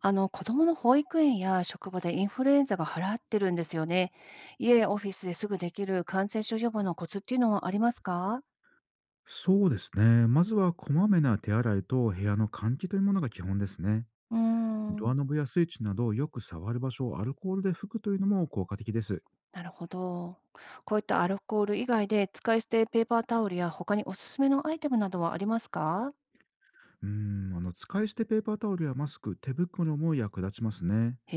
あの子どもの保育園や職場でインフルエンザが払ってるんですよね。家やオフィスですぐできる感染症予防のコツっていうのはありますか？そうですね。まずはこまめな手洗いと部屋の換気というものが基本ですね。うードん、アノブやスイッチなどよく触る場所をアルコールで拭くというのも効果的です。なるほど。こういったアルコール以外で使い捨てペーパータオルや他におすすめのアイテムなどはありますか？使い捨てペーパータオルやマスク、手袋も役立ちますね。へ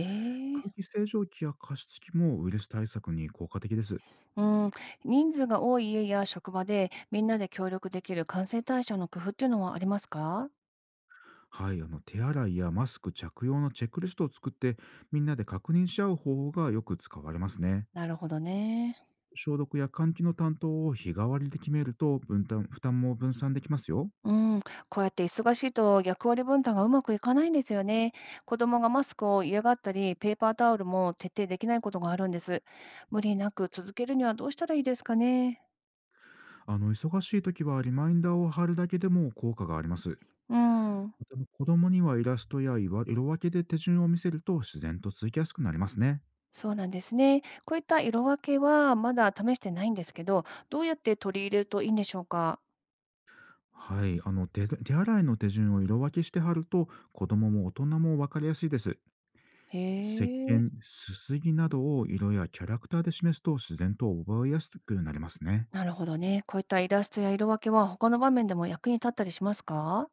え。空気清浄機や加湿器もウイルス対策に効果的です。うん、人数が多い家や職場でみんなで協力できる感染対象の工夫っていうのはありますか？はい、手洗いやマスク着用のチェックリストを作って、みんなで確認し合う方法がよく使われますね。なるほどね。消毒や換気の担当を日替わりで決めると分担負担も分散できますよ。うん、こうやって忙しいと役割分担がうまくいかないんですよね。子供がマスクを嫌がったり、ペーパータオルも徹底できないことがあるんです。無理なく続けるにはどうしたらいいですかね。忙しい時はリマインダーを貼るだけでも効果があります。まうん、た、子供にはイラストや色分けで手順を見せると自然と続きやすくなりますね。そうなんですね。こういった色分けはまだ試してないんですけど、どうやって取り入れるといいんでしょうか。はい、手洗いの手順を色分けして貼ると子供も大人も分かりやすいです。へ石え、鹸、すすぎなどを色やキャラクターで示すと自然と覚えやすくなりますね。なるほどね。こういったイラストや色分けは他の場面でも役に立ったりしますか？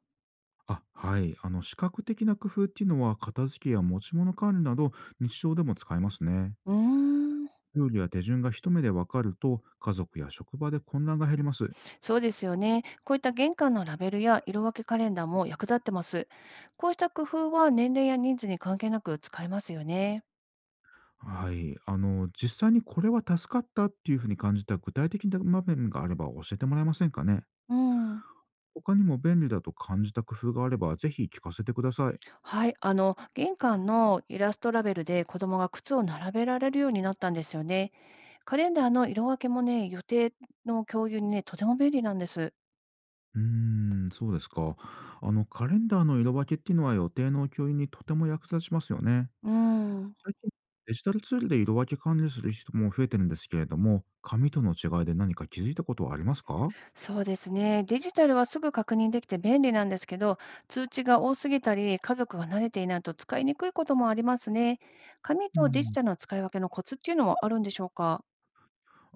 あ、はい。視覚的な工夫っていうのは、片付けや持ち物管理など、日常でも使えますね。うーん。ルールや手順が一目でわかると、家族や職場で混乱が減ります。そうですよね。こういった玄関のラベルや色分けカレンダーも役立ってます。こうした工夫は年齢や人数に関係なく使えますよね。はい。実際にこれは助かったっていうふうに感じた具体的な場面があれば教えてもらえませんかね。うん。他にも便利だと感じた工夫があれば、ぜひ聞かせてください。はい。あの、玄関のイラストラベルで子供が靴を並べられるようになったんですよね。カレンダーの色分けもね、予定の共有にね、とても便利なんです。うーん、そうですか。カレンダーの色分けっていうのは予定の共有にとても役立ちますよね。うん。最近、デジタルツールで色分け管理する人も増えてるんですけれども、紙との違いで何か気づいたことはありますか？そうですね。デジタルはすぐ確認できて便利なんですけど、通知が多すぎたり、家族が慣れていないと使いにくいこともありますね。紙うとデジん。タルの使い分けのコツっていうのはあるんでしょうか？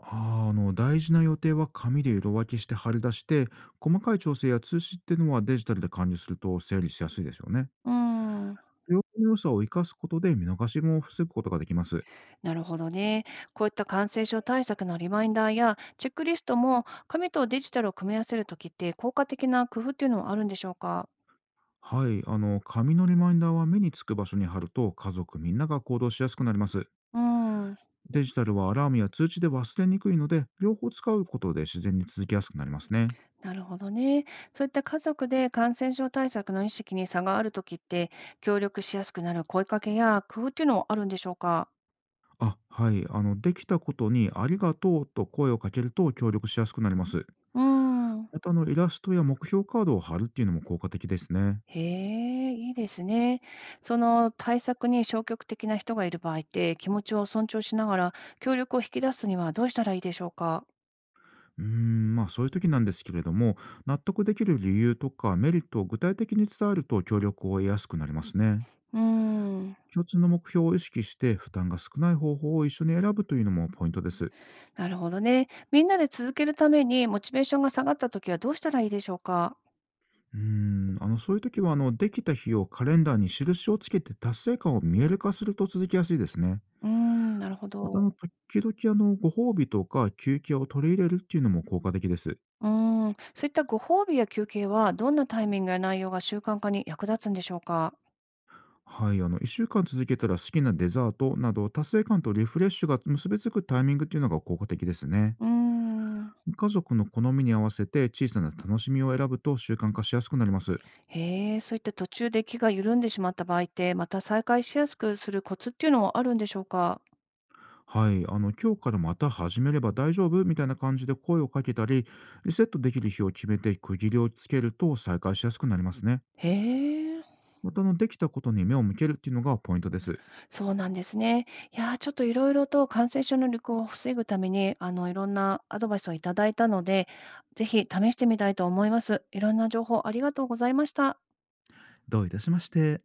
大事な予定は紙で色分けして貼り出して、細かい調整や通知っていうのはデジタルで管理すると整理しやすいですよね。うーん、両方の良さを生かすことで見逃しも防ぐことができます。なるほどね。こういった感染症対策のリマインダーやチェックリストも、紙とデジタルを組み合わせるときって効果的な工夫っていうのはあるんでしょうか？はい、紙のリマインダーは目につく場所に貼ると家族みんなが行動しやすくなります。うーん。デジタルはアラームや通知で忘れにくいので、両方使うことで自然に続きやすくなりますね。なるほどね。そういった家族で感染症対策の意識に差があるときって、協力しやすくなる声かけや工夫っていうのもあるんでしょうか？あ、はい、できたことにありがとうと声をかけると協力しやすくなります。うーん。また、イラストや目標カードを貼るっていうのも効果的ですね。へえ、いいですね。その対策に消極的な人がいる場合って、気持ちを尊重しながら協力を引き出すにはどうしたらいいでしょうか？まあそういう時なんですけれども、納得できる理由とかメリットを具体的に伝えると協力を得やすくなりますね。うーん。共通の目標を意識して負担が少ない方法を一緒に選ぶというのもポイントです。なるほどね。みんなで続けるためにモチベーションが下がったときはどうしたらいいでしょうか？そういう時は、できた日をカレンダーに印をつけて達成感を見える化すると続きやすいですね。うーん、なるほまた、ど。時々、ご褒美とか休憩を取り入れるっていうのも効果的です。うーん、そういったご褒美や休憩は、どんなタイミングや内容が習慣化に役立つんでしょうか？はい、1週間続けたら好きなデザートなど、達成感とリフレッシュが結びつくタイミングっていうのが効果的ですね。うーん。家族の好みに合わせて小さな楽しみを選ぶと習慣化しやすくなります。へえ、そういった途中で気が緩んでしまった場合って、また再開しやすくするコツっていうのはあるんでしょうか？はい、今日からまた始めれば大丈夫みたいな感じで声をかけたり、リセットできる日を決めて区切りをつけると再開しやすくなりますね。へえ、また、できたことに目を向けるっていうのがポイントです。そうなんですね。いやー、ちょっといろいろと感染症の流行を防ぐために、いろんなアドバイスをいただいたので、ぜひ試してみたいと思います。いろんな情報ありがとうございました。どういたしまして。